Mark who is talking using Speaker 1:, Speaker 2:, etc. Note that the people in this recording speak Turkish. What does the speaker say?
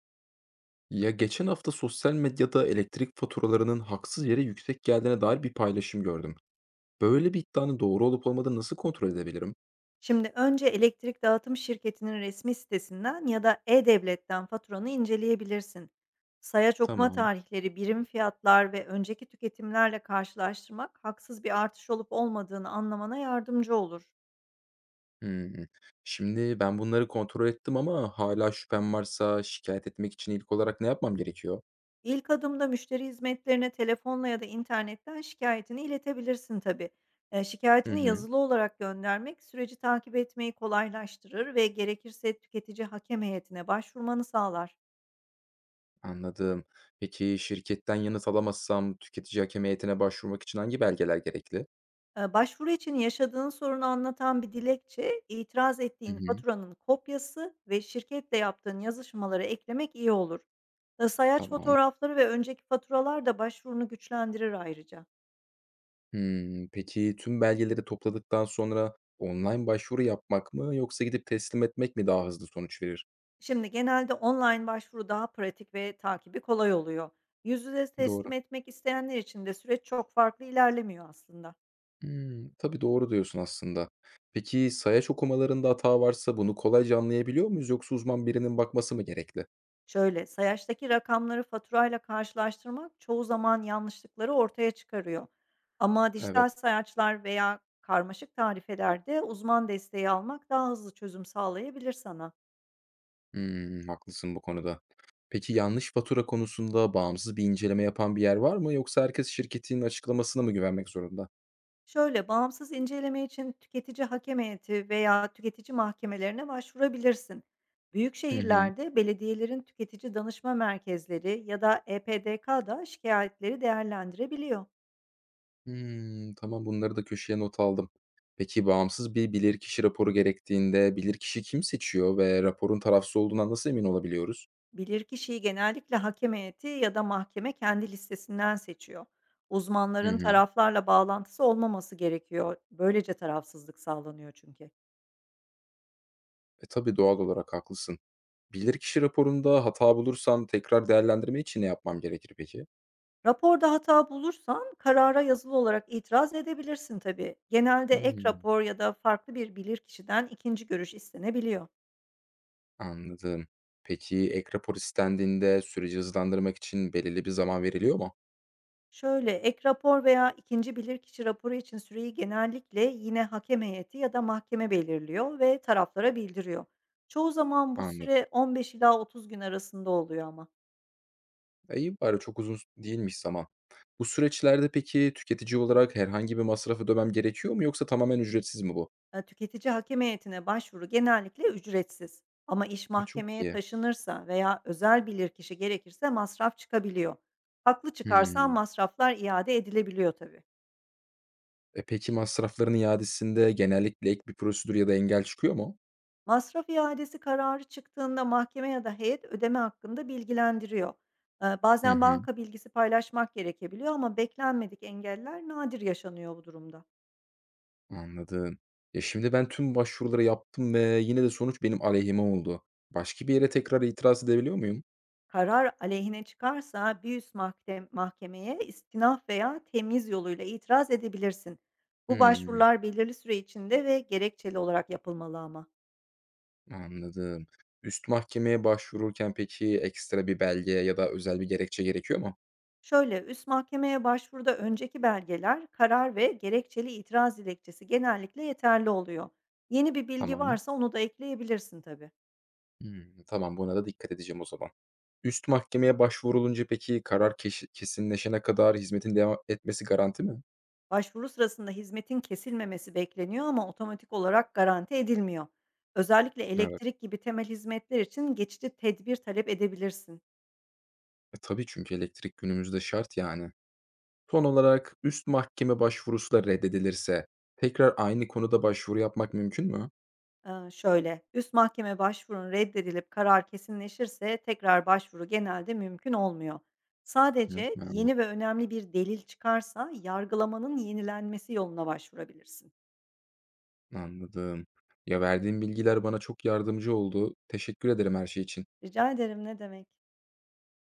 Speaker 1: Ya geçen hafta sosyal medyada elektrik faturalarının haksız yere yüksek geldiğine dair bir paylaşım gördüm. Böyle bir iddianın doğru olup olmadığını nasıl kontrol edebilirim?
Speaker 2: Şimdi önce elektrik dağıtım şirketinin resmi sitesinden ya da e-devletten faturanı inceleyebilirsin. Sayaç okuma
Speaker 1: Tamam.
Speaker 2: tarihleri, birim fiyatlar ve önceki tüketimlerle karşılaştırmak haksız bir artış olup olmadığını anlamana yardımcı olur.
Speaker 1: Hmm. Şimdi ben bunları kontrol ettim ama hala şüphem varsa şikayet etmek için ilk olarak ne yapmam gerekiyor?
Speaker 2: İlk adımda müşteri hizmetlerine telefonla ya da internetten şikayetini iletebilirsin tabii.
Speaker 1: Hı
Speaker 2: Şikayetini
Speaker 1: hı,
Speaker 2: yazılı olarak göndermek süreci takip etmeyi kolaylaştırır ve gerekirse tüketici hakem heyetine başvurmanı sağlar.
Speaker 1: anladım. Peki şirketten yanıt alamazsam tüketici hakem heyetine başvurmak için hangi belgeler gerekli?
Speaker 2: Başvuru için yaşadığın sorunu anlatan bir dilekçe, itiraz
Speaker 1: Hı
Speaker 2: ettiğin
Speaker 1: hı,
Speaker 2: faturanın kopyası ve şirketle yaptığın yazışmaları eklemek iyi olur. Sayaç
Speaker 1: tamam.
Speaker 2: fotoğrafları ve önceki faturalar da başvurunu güçlendirir ayrıca.
Speaker 1: Peki, tüm belgeleri topladıktan sonra online başvuru yapmak mı yoksa gidip teslim etmek mi daha hızlı sonuç verir?
Speaker 2: Şimdi genelde online başvuru daha pratik ve takibi kolay oluyor. Yüz yüze teslim
Speaker 1: Doğru.
Speaker 2: etmek isteyenler için de süreç çok farklı ilerlemiyor aslında.
Speaker 1: Tabii, doğru diyorsun aslında. Peki, sayaç okumalarında hata varsa bunu kolayca anlayabiliyor muyuz yoksa uzman birinin bakması mı gerekli?
Speaker 2: Şöyle, sayaçtaki rakamları faturayla karşılaştırmak çoğu zaman yanlışlıkları ortaya çıkarıyor. Ama
Speaker 1: Evet.
Speaker 2: dijital sayaçlar veya karmaşık tarifelerde uzman desteği almak daha hızlı çözüm sağlayabilir sana.
Speaker 1: Haklısın bu konuda. Peki, yanlış fatura konusunda bağımsız bir inceleme yapan bir yer var mı yoksa herkes şirketin açıklamasına mı güvenmek zorunda?
Speaker 2: Şöyle, bağımsız inceleme için tüketici hakem heyeti veya tüketici mahkemelerine başvurabilirsin. Büyük
Speaker 1: Hı hı.
Speaker 2: şehirlerde belediyelerin tüketici danışma merkezleri ya da EPDK'da şikayetleri değerlendirebiliyor.
Speaker 1: Hımm, tamam, bunları da köşeye not aldım. Peki, bağımsız bir bilirkişi raporu gerektiğinde bilirkişi kim seçiyor ve raporun tarafsız olduğundan nasıl emin olabiliyoruz?
Speaker 2: Bilirkişiyi genellikle hakem heyeti ya da mahkeme kendi listesinden seçiyor.
Speaker 1: Hı
Speaker 2: Uzmanların
Speaker 1: hı.
Speaker 2: taraflarla bağlantısı olmaması gerekiyor. Böylece tarafsızlık sağlanıyor çünkü.
Speaker 1: Tabii, doğal olarak haklısın. Bilirkişi raporunda hata bulursam tekrar değerlendirme için ne yapmam gerekir peki?
Speaker 2: Raporda hata bulursan karara yazılı olarak itiraz edebilirsin tabii. Genelde ek
Speaker 1: Hımm,
Speaker 2: rapor ya da farklı bir bilirkişiden ikinci görüş istenebiliyor.
Speaker 1: anladım. Peki, ek rapor istendiğinde süreci hızlandırmak için belirli bir zaman veriliyor mu?
Speaker 2: Şöyle, ek rapor veya ikinci bilirkişi raporu için süreyi genellikle yine hakem heyeti ya da mahkeme belirliyor ve taraflara bildiriyor. Çoğu zaman bu
Speaker 1: Anladım.
Speaker 2: süre 15 ila 30 gün arasında oluyor ama.
Speaker 1: E, iyi bari çok uzun değilmiş zaman. Bu süreçlerde peki tüketici olarak herhangi bir masraf ödemem gerekiyor mu yoksa tamamen ücretsiz mi bu?
Speaker 2: Tüketici hakem heyetine başvuru genellikle ücretsiz. Ama iş
Speaker 1: Ha, çok
Speaker 2: mahkemeye
Speaker 1: iyi.
Speaker 2: taşınırsa veya özel bilirkişi gerekirse masraf çıkabiliyor. Haklı çıkarsan
Speaker 1: Hımm.
Speaker 2: masraflar iade edilebiliyor tabii.
Speaker 1: Peki masrafların iadesinde genellikle ek bir prosedür ya da engel çıkıyor mu?
Speaker 2: Masraf iadesi kararı çıktığında mahkeme ya da heyet ödeme hakkında bilgilendiriyor.
Speaker 1: Hı
Speaker 2: Bazen
Speaker 1: hı.
Speaker 2: banka bilgisi paylaşmak gerekebiliyor ama beklenmedik engeller nadir yaşanıyor bu durumda.
Speaker 1: Anladım. Ya, şimdi ben tüm başvuruları yaptım ve yine de sonuç benim aleyhime oldu. Başka bir yere tekrar itiraz edebiliyor muyum?
Speaker 2: Karar aleyhine çıkarsa bir üst mahkemeye istinaf veya temyiz yoluyla itiraz edebilirsin. Bu
Speaker 1: Hımm.
Speaker 2: başvurular belirli süre içinde ve gerekçeli olarak yapılmalı ama.
Speaker 1: Anladım. Üst mahkemeye başvururken peki ekstra bir belge ya da özel bir gerekçe gerekiyor mu?
Speaker 2: Şöyle, üst mahkemeye başvuruda önceki belgeler, karar ve gerekçeli itiraz dilekçesi genellikle yeterli oluyor. Yeni bir bilgi
Speaker 1: Tamam.
Speaker 2: varsa onu da ekleyebilirsin tabii.
Speaker 1: Hımm. Tamam, buna da dikkat edeceğim o zaman. Üst mahkemeye başvurulunca peki karar kesinleşene kadar hizmetin devam etmesi garanti mi?
Speaker 2: Başvuru sırasında hizmetin kesilmemesi bekleniyor ama otomatik olarak garanti edilmiyor. Özellikle
Speaker 1: Evet.
Speaker 2: elektrik gibi temel hizmetler için geçici tedbir talep edebilirsin.
Speaker 1: Tabii çünkü elektrik günümüzde şart yani. Son olarak üst mahkeme başvurusu da reddedilirse tekrar aynı konuda başvuru yapmak mümkün mü?
Speaker 2: Şöyle, üst mahkeme başvurun reddedilip karar kesinleşirse tekrar başvuru genelde mümkün olmuyor. Sadece
Speaker 1: Yapmam.
Speaker 2: yeni ve önemli bir delil çıkarsa yargılamanın yenilenmesi yoluna başvurabilirsin.
Speaker 1: Anladım. Ya, verdiğin bilgiler bana çok yardımcı oldu. Teşekkür ederim her şey için.
Speaker 2: Rica ederim, ne demek.